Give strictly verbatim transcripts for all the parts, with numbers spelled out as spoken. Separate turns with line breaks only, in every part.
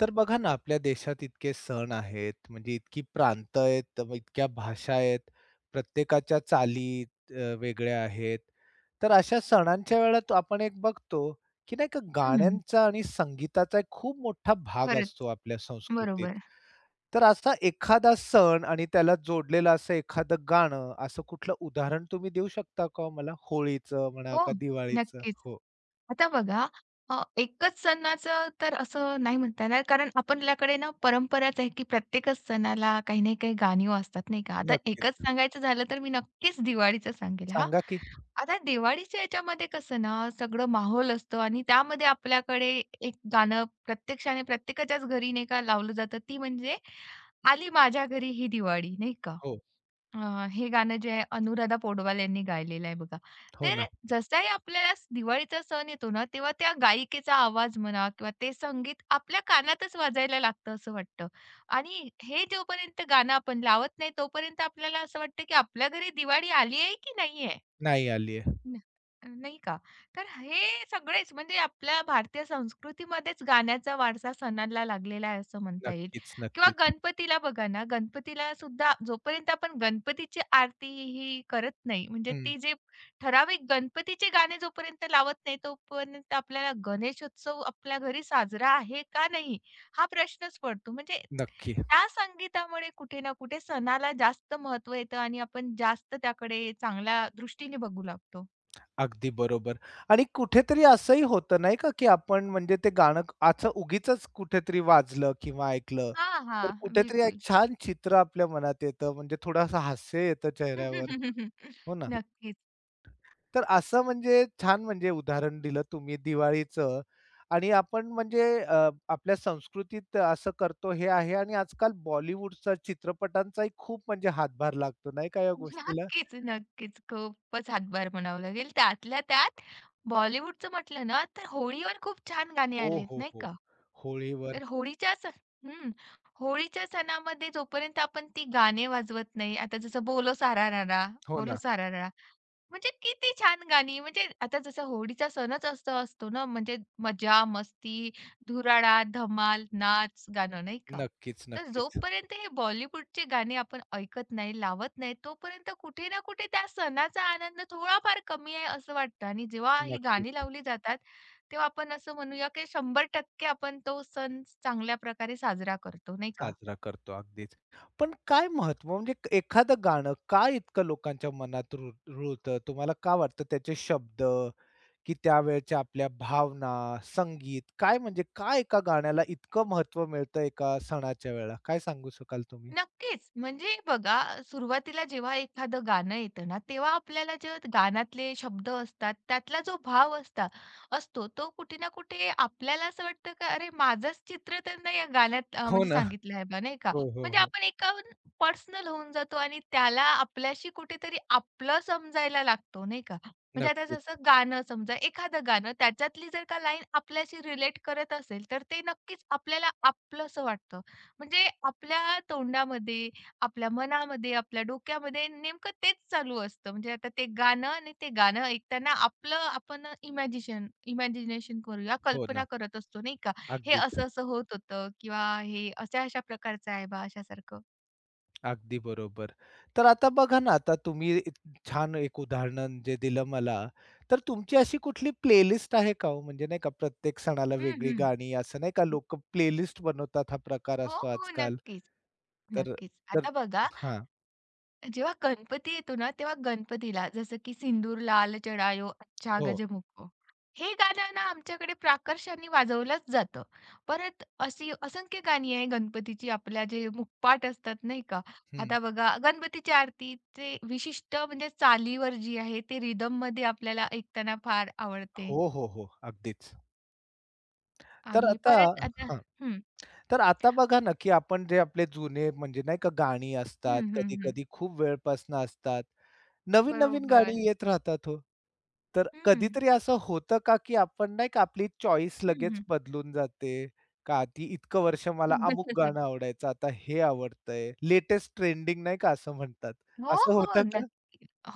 तर बघा ना, आपल्या देशात इतके सण आहेत, म्हणजे इतकी प्रांत आहेत, मग इतक्या भाषा आहेत, प्रत्येकाच्या चाली अ, वेगळ्या आहेत. तर अशा सणांच्या वेळात आपण एक बघतो, की नाही का
हं,
गाण्यांचा आणि संगीताचा एक खूप मोठा भाग असतो
खरंच.
आपल्या संस्कृतीत.
बरोबर.
तर असा एखादा सण आणि त्याला जोडलेलं असं एखादं गाणं, असं कुठलं उदाहरण तुम्ही देऊ शकता का हो मला? होळीचं म्हणा
हो,
का दिवाळीचं?
नक्कीच.
हो,
आता बघा अ, एकच सणाचं तर असं नाही म्हणता येणार कारण आपल्याकडे ना परंपराच आहे, की प्रत्येकच सणाला काही ना काही गाणी वाजतात नाही का? आता एकच
नक्कीच.
सांगायचं झालं तर मी नक्कीच दिवाळीचं सांगेल हां.
सांगा की.
आता दिवाळीच्या ह्याच्यामध्ये कसं ना सगळं माहोल असतो आणि त्यामध्ये आपल्याकडे एक गाणं प्रत्यक्षाने प्रत्येकाच्याच घरी नाही का लावलं जातं ती म्हणजे आली माझ्या घरी ही दिवाळी नाही का?
हो,
अ, हे गाणं जे आहे अनुराधा पौडवाल यांनी गायलेलं आहे बघा.
हो
तर
ना.
जसाही आपल्याला स- दिवाळीचा सण येतो ना, तेव्हा त्या गायिकेचा आवाज म्हणा किंवा ते संगीत आपल्या कानातच वाजायला लागतं असं वाटतं. आणि हे जोपर्यंत गाणं आपण लावत नाही, तोपर्यंत आपल्याला असं वाटतं की आपल्या घरी दिवाळी आली आहे की नाहीये?
नाही आलीये.
न नाही का? तर हे सगळेच म्हणजे आपल्या भारतीय संस्कृतीमध्येच गाण्याचा वारसा सणाला लागलेला आहे असं म्हणता येईल.
नक्कीच,
किंवा
नक्कीच.
गणपतीला बघा ना, गणपतीला सुद्धा जोपर्यंत आपण गणपतीची आरती ही करत नाही, म्हणजे
हं,
ती जे ठराविक गणपतीचे गाणे जोपर्यंत लावत नाही, तोपर्यंत आपल्याला गणेशोत्सव आपल्या घरी साजरा आहे का नाही? हा प्रश्नच पडतो. म्हणजे
नक्की.
त्या संगीतामुळे कुठे ना कुठे सणाला जास्त महत्त्व येतं आणि आपण जास्त त्याकडे चांगल्या दृष्टीने बघू लागतो.
अगदी बरोबर. आणि कुठेतरी असंही होतं नाही का, की आपण म्हणजे ते गाणं असं उगीचच कुठेतरी वाजलं किंवा ऐकलं,
हां,
तर
हां.
कुठेतरी एक
बिलकुल.
छान चित्र आपल्या मनात येतं. म्हणजे थोडंसं हास्य येतं चेहऱ्यावर, हो ना?
नक्कीच.
तर असं म्हणजे छान म्हणजे उदाहरण दिलं तुम्ही दिवाळीचं आणि आपण म्हणजे अ, आपल्या संस्कृतीत असं करतो हे आहे आणि आजकाल बॉलिवूडचा चित्रपटांचाही खूप म्हणजे हातभार लागतो नाही का या गोष्टीला?
नक्कीच, नक्कीच. खूपच हातभार म्हणावा लागेल. त्यातल्या त्यात बॉलिवूडचं म्हटलं ना, तर होळीवर खूप छान गाणी
हो,
आलेत
हो,
नाही
हो.
का?
होळीवर
तर होळीच्या स हं. होळीच्या सणामध्ये जोपर्यंत आपण ती गाणे वाजवत नाही, आता जसं बोलो सारा रारा,
हो
बोलो
ना.
सारा रारा. म्हणजे किती छान गाणी म्हणजे आता जसं होळीचा सणच असा असतो ना, म्हणजे मजा, मस्ती, धुराळा, धमाल, नाच, गाणं नाही का?
नक्कीच,
तर
नक्कीच.
जोपर्यंत हे बॉलिवूडचे गाणे आपण ऐकत नाही, लावत नाही, तोपर्यंत कुठे ना कुठे त्या सणाचा आनंद थोडाफार कमी आहे असं वाटतं आणि जेव्हा ही गाणी
नक्कीच.
लावली जातात, तेव्हा आपण असं म्हणूया की शंभर टक्के आपण तो सण चांगल्या प्रकारे साजरा करतो, नाही का?
साजरा करतो अगदीच. पण काय महत्व म्हणजे एखादं गाणं का इतकं लोकांच्या मनात रुळ रुळतं? तुम्हाला का वाटतं त्याचे शब्द की त्यावेळच्या आपल्या भावना, संगीत काय म्हणजे काय एका गाण्याला इतकं महत्व मिळतं एका सणाच्या वेळेला? काय सांगू शकाल तुम्ही?
नक्कीच. म्हणजे बघा, सुरुवातीला जेव्हा एखादं गाणं येतं ना, तेव्हा आपल्याला जे गाण्यातले शब्द असतात, त्यातला जो भाव असता असतो, तो कुठे ना कुठे आपल्याला असं वाटतं का अरे, माझंच चित्र त्यांना या गाण्यात अ,
हो
म्हणजे
ना.
सांगितलं आहे बा, नाही का?
हो, हो,
म्हणजे
हो.
आपण एका पर्सनल होऊन जातो आणि त्याला आपल्याशी कुठेतरी आपलं समजायला लागतो, नाही का? म्हणजे आता
नक्कीच.
जसं गाणं समजा, एखादं गाणं त्याच्यातली जर का लाईन आपल्याशी रिलेट करत असेल, तर ते नक्कीच आपल्याला आपलंसं वाटतं. म्हणजे आपल्या तोंडामध्ये, आपल्या मनामध्ये, आपल्या डोक्यामध्ये नेमकं तेच चालू असतं. म्हणजे आता ते गाणं आणि ते गाणं ऐकताना आपलं आपण इमॅजिशन इमॅजिनेशन करूया,
हो
कल्पना
ना.
करत असतो नाही का? हे
अगदीच.
असं-असं होत होतं किंवा हे अशा-अशा प्रकारचं आहे बा अशासारखं.
अगदी बरोबर. तर आता बघा ना, आता तुम्ही इत छान एक उदाहरण जे दिलं मला, तर तुमची अशी कुठली प्लेलिस्ट आहे का हो? म्हणजे नाही का प्रत्येक सणाला
हं,
वेगळी
हं.
गाणी असं नाही का लोकं प्लेलिस्ट बनवतात हा प्रकार
हो,
असतो
हो.
आजकाल.
नक्कीच,
तर
नक्कीच.
तर
आता बघा
हां.
जेव्हा गणपती येतो ना, तेव्हा गणपतीला जसं की "सिंदूर लाल चढायो अच्छा
हो.
गजमुख" हे गाणं ना आमच्याकडे प्राकर्षाने वाजवलंच जातं. परत अशी असंख्य गाणी आहे गणपतीची आपल्या जे मुखपाट असतात नाही का?
हं.
आता बघा गणपतीची आरतीचे विशिष्ट म्हणजे चालीवर जी आहे ते रिदममध्ये आपल्याला ऐकताना फार आवडते.
हो, हो, हो. अगदीच. तर
आणि
आता
परत आता हं,
तर आता बघा ना, की आपण जे आपले जुने म्हणजे नाही का गाणी असतात,
हं, हं, हं.
कधी-कधी खूप वेळपासनं असतात. नवीन-नवीन
बरोबर.
गाणी येत राहतात हो. तर
हं,
कधीतरी असं होतं का, की आपण नाही का आपली चॉईस
हं,
लगेच
हं.
बदलून जाते? का आधी इतकं वर्ष मला अमुक गाणं आवडायचं, आता हे आवडतंय. लेटेस्ट ट्रेंडिंग नाही का असं म्हणतात.
हो,
असं होतं
हो.
का?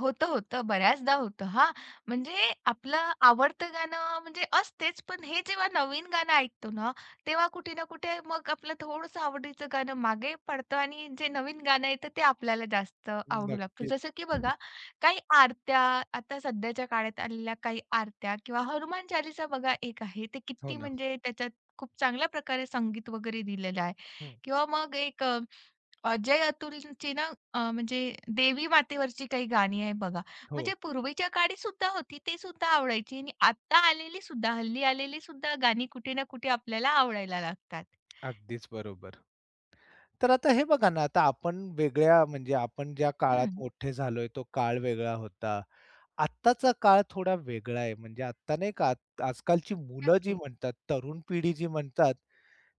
होतं, होतं. बऱ्याचदा होतं हां. म्हणजे आपलं आवडतं गाणं म्हणजे असतेच, पण हे जेव्हा नवीन गाणं ऐकतो ना, तेव्हा कुठे ना कुठे मग आपलं थोडंसं आवडीचं गाणं मागे पडतं आणि जे नवीन गाणं येतं ते आपल्याला जास्त आवडू लागतं.
नक्कीच.
जसं की बघा, काही आरत्या आता सध्याच्या काळात आलेल्या काही आरत्या किंवा हनुमान चालीसा बघा एक आहे. ते
हो
किती
ना.
म्हणजे त्याच्यात खूप चांगल्या प्रकारे संगीत वगैरे दिलेलं आहे
हं.
किंवा मग एक अ, अजय अतुलची ना अ, म्हणजे देवी मातेवरची काही गाणी आहे बघा.
हो.
म्हणजे पूर्वीच्या काळी सुद्धा होती, ते सुद्धा आवडायची आणि आत्ता आलेली सुद्धा, हल्ली आलेली सुद्धा गाणी कुठे ना कुठे आपल्याला आवडायला लागतात.
अगदीच बरोबर. तर आता हे बघा ना, आता आपण वेगळ्या म्हणजे आपण ज्या काळात
हं.
मोठे झालोय तो काळ वेगळा होता. आत्ताचा काळ थोडा वेगळा आहे. म्हणजे आत्ता नाही का आत- आजकालची मुलं जी
नक्की.
म्हणतात, तरुण पिढी जी म्हणतात,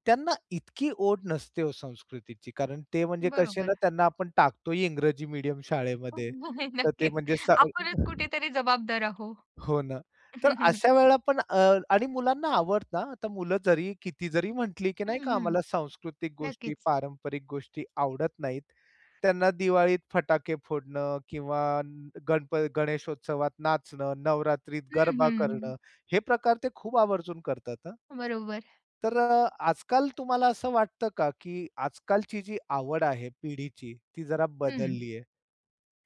त्यांना इतकी ओढ नसते हो संस्कृतीची. कारण ते म्हणजे कसे ना
बरोबर.
त्यांना आपण टाकतोही इंग्रजी मीडियम शाळेमध्ये. तर ते
नक्कीच.
म्हणजे स
आपणच कुठेतरी जबाबदार आहो.
हो ना. तर अशा वेळेला पण अ, आणि मुलांना आवडतं हां. आता मुलं जरी किती जरी म्हटली, की नाही
हं,
का
हं.
आम्हाला सांस्कृतिक गोष्टी,
नक्कीच.
पारंपरिक गोष्टी आवडत नाहीत. त्यांना दिवाळीत फटाके फोडणं किंवा न- गणप गणेशोत्सवात नाचणं, नवरात्रीत
हं,
गरबा
हं.
करणं, हे प्रकार ते खूप आवर्जून करतात हां.
बरोबर.
तर अ, आजकाल तुम्हाला असं वाटतं का, की आजकालची जी आवड आहे पिढीची, ती जरा
हं.
बदलली आहे?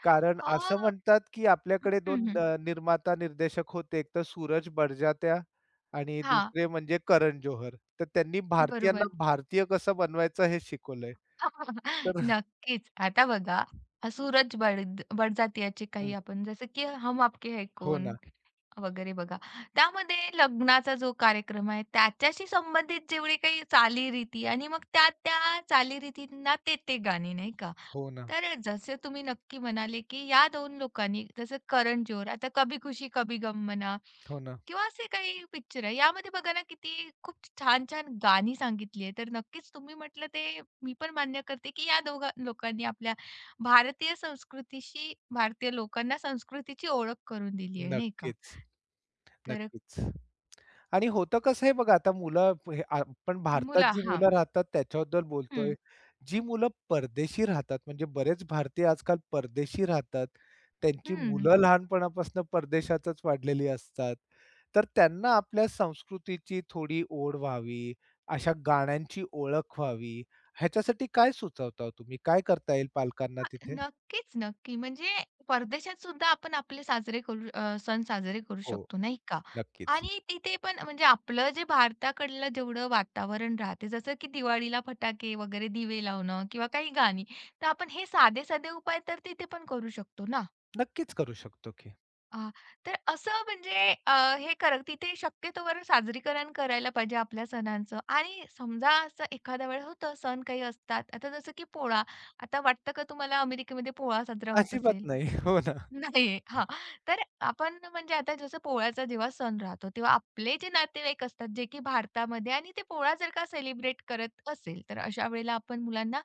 कारण
अ,
असं म्हणतात, की
हं,
आपल्याकडे दोन
हं.
अ, निर्माता, निर्देशक होते. एक तर सूरज बडजात्या आणि
हां.
दुसरे म्हणजे करण जोहर. तर त्यांनी भारतीयांना
बरोबर.
भारतीय कसं बनवायचं हे शिकवलंय. तर
नक्कीच. आता बघा, हा सूरज बड बडजात्याचे
हं.
काही आपण जसं की हम आपके है
हो
कौन?
ना.
वगैरे बघा. त्यामध्ये लग्नाचा जो कार्यक्रम आहे, त्याच्याशी संबंधित जेवढे काही चालीरीती आणि मग त्या त्या चालीरीतींना ते ते गाणे नाही का?
हो ना.
तर जसे तुम्ही नक्की म्हणाले, की या दोन लोकांनी जसं करण जोहर, आता कभी खुशी कभी गम म्हणा
हो ना.
किंवा असे काही पिक्चर आहे. यामध्ये बघा ना किती खूप छान-छान गाणी सांगितली आहे. तर नक्कीच तुम्ही म्हटलं ते मी पण मान्य करते, की या दोघा लोकांनी आपल्या भारतीय संस्कृतीशी भारतीय लोकांना संस्कृतीची ओळख करून दिली आहे, नाही का?
नक्कीच,
तर
नक्कीच. आणि होतं कसं आहे बघा आता मुलं प- हे आ- आपण भारतात
मुला
जी
हां.
मुलं राहतात त्याच्याबद्दल
हं,
बोलतोय. जी मुलं परदेशी राहतात म्हणजे बरेच भारतीय आजकाल परदेशी राहतात. त्यांची
हं.
मुलं लहानपणापासून परदेशातच वाढलेली असतात. तर त्यांना आपल्या संस्कृतीची थोडी ओढ व्हावी, अशा गाण्यांची ओळख व्हावी, ह्याच्यासाठी काय सुचवता हो तुम्ही? काय करता येईल पालकांना
हां,
तिथे?
नक्कीच, नक्की. म्हणजे परदेशात सुद्धा आपण आपले साजरे करू अ, सण साजरे करू
हो,
शकतो, नाही का?
नक्कीच.
आणि तिथे पण म्हणजे आपलं जे भारताकडलं जेवढं वातावरण राहते, जसं की दिवाळीला फटाके वगैरे दिवे लावणं किंवा काही गाणी, तर आपण हे साधे-साधे उपाय तर तिथे पण करू शकतो ना.
नक्कीच करू शकतो की.
आ, तर असं म्हणजे अ, हे कर तिथे शक्यतोवर साजरीकरण करायला पाहिजे आपल्या सणांचं आणि समजा असं एखाद्या वेळेस होतं सण काही असतात. आता जसं की पोळा. आता वाटतं का तुम्हाला अमेरिकेमध्ये पोळा साजरा होत
अजिबात
असेल?
नाही. हो ना.
नाही. हां. तर आपण म्हणजे आता जसं पोळ्याचा जेव्हा सण राहतो, तेव्हा आपले जे नातेवाईक असतात, जे की भारतामध्ये आणि ते पोळा जर का सेलिब्रेट करत असेल, तर अशा वेळेला आपण मुलांना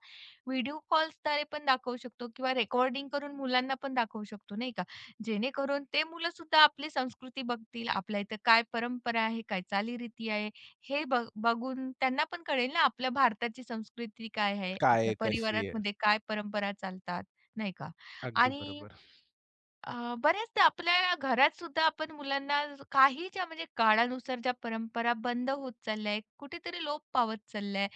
व्हिडिओ कॉल्सद्वारे पण दाखवू शकतो किंवा रेकॉर्डिंग करून मुलांना पण दाखवू शकतो, नाही का? जेणेकरून ते मुलं सुद्धा आपली संस्कृती बघतील, आपल्या इथं काय परंपरा आहे, काय चालीरीती आहे, हे ब बघून त्यांना पण कळेल ना, आपल्या भारताची संस्कृती काय आहे,
काय आहे,
आपल्या
कशी आहे?
परिवारामध्ये काय परंपरा चालतात, नाही का?
अगदी
आणि
बरोबर,
अ, बऱ्याचदा आपल्या घरात सुद्धा आपण मुलांना ज- काही ज्या म्हणजे काळानुसार ज्या परंपरा बंद होत चालल्या आहे कुठेतरी लोप पावत चालल्या आहे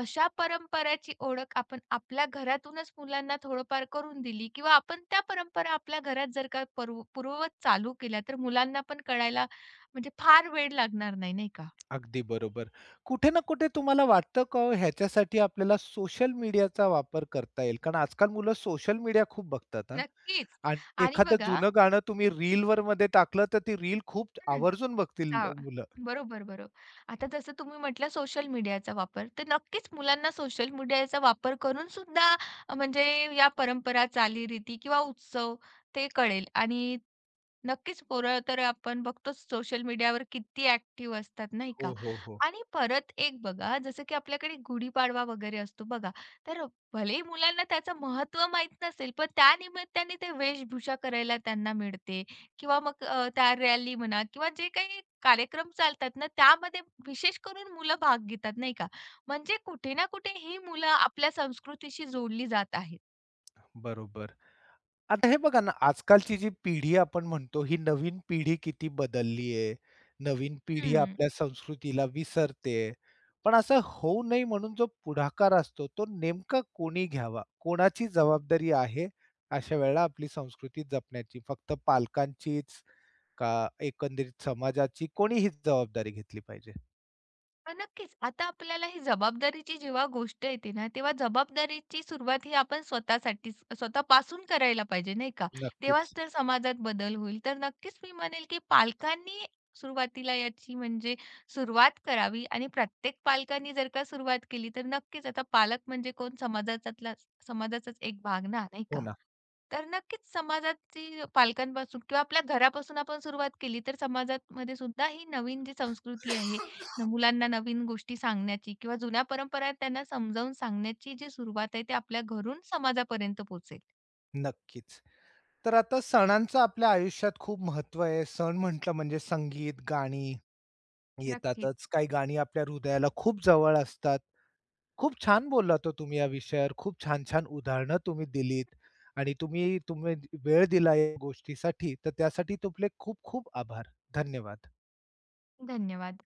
अशा परंपराची ओळख आपण आपल्या घरातूनच मुलांना थोडंफार करून दिली किंवा आपण त्या परंपरा आपल्या घरात जर का पर्व- पूर्ववत चालू केल्या तर मुलांना पण कळायला म्हणजे फार वेळ लागणार नाही नाही का
अगदी बरोबर. कुठे ना कुठे तुम्हाला वाटतं का हो ह्याच्यासाठी आपल्याला सोशल मीडियाचा वापर करता येईल? कारण आजकाल मुलं सोशल मीडिया खूप बघतात हां.
नक्कीच
आणि
आणि
एखादं
बघा
जुनं गाणं तुम्ही रीलवर मध्ये टाकलं तर ती रील खूप
हं.
आवर्जून बघतील
चा
मुलं.
बरोबर, बरोबर. आता जसं तुम्ही म्हटलं सोशल मीडियाचा वापर, तर नक्कीच मुलांना सोशल मीडियाचा वापर करून सुद्धा अ, म्हणजे या परंपरा, चालीरीती किंवा उत्सव ते कळेल आणि नक्कीच पोरं तर आपण बघतोच सोशल मीडियावर किती ऍक्टिव्ह असतात नाही का?
हो, हो, हो.
आणि परत एक बघा जसं की आपल्याकडे गुढीपाडवा वगैरे असतो बघा. तर भले मुलांना त्याचं महत्त्व माहीत नसेल, पण त्या निमित्ताने ते वेशभूषा करायला त्यांना मिळते किंवा मग अ, त्या रॅली म्हणा किंवा जे काही कार्यक्रम चालतात ना, त्यामध्ये विशेष करून मुलं भाग घेतात नाही का? म्हणजे कुठे ना कुठे ही मुलं आपल्या संस्कृतीशी जोडली जात आहेत.
बरोबर. आता हे बघा ना, आजकालची जी पिढी आपण म्हणतो, ही नवीन पिढी किती बदलली आहे. नवीन पिढी
हं.
आपल्या संस्कृतीला विसरते. पण असं होऊ नये म्हणून जो पुढाकार असतो, तो नेमका कोणी घ्यावा? कोणाची जबाबदारी आहे अशा वेळेला आपली संस्कृती जपण्याची? फक्त पालकांचीच का एकंदरीत समाजाची? कोणीही जबाबदारी घेतली पाहिजे.
हां, नक्कीच. आता आपल्याला ही जबाबदारीची जेव्हा गोष्ट येते ना, तेव्हा जबाबदारीची सुरुवात ही आपण स्वतःसाठीच स्वतःपासून करायला पाहिजे, नाही का? तेव्हाच
नक्कीच.
तर समाजात बदल होईल. तर नक्कीच मी म्हणेल, की पालकांनी सुरुवातीला याची म्हणजे सुरुवात करावी आणि प्रत्येक पालकांनी जर का सुरुवात केली, तर नक्कीच आता पालक म्हणजे कोण समाजाचातलाच समाजाचाच एक भाग ना, नाही
हो
का?
ना.
तर नक्कीच समाजाची पालकांपासून किंवा आपल्या घरापासून आपण सुरुवात केली, तर समाजामध्ये सुद्धा ही नवीन जी संस्कृती आहे, न मुलांना नवीन गोष्टी सांगण्याची किंवा जुन्या परंपरा आहेत त्यांना समजावून सांगण्याची जी सुरुवात आहे, ते आपल्या घरून समाजापर्यंत पोहोचेल.
नक्कीच. तर आता सणांचं आपल्या आयुष्यात खूप महत्त्व आहे. सण म्हटलं म्हणजे संगीत, गाणी
नक्कीच.
येतातच. काही गाणी आपल्या हृदयाला खूप जवळ असतात. खूप छान बोललात तो तुम्ही या विषयावर. खूप छान-छान उदाहरणं तुम्ही दिलीत आणि तुम्ही तुम्ही वेळ दिला या गोष्टीसाठी, तर त्यासाठी तुमले खूप-खूप आभार. धन्यवाद.
धन्यवाद.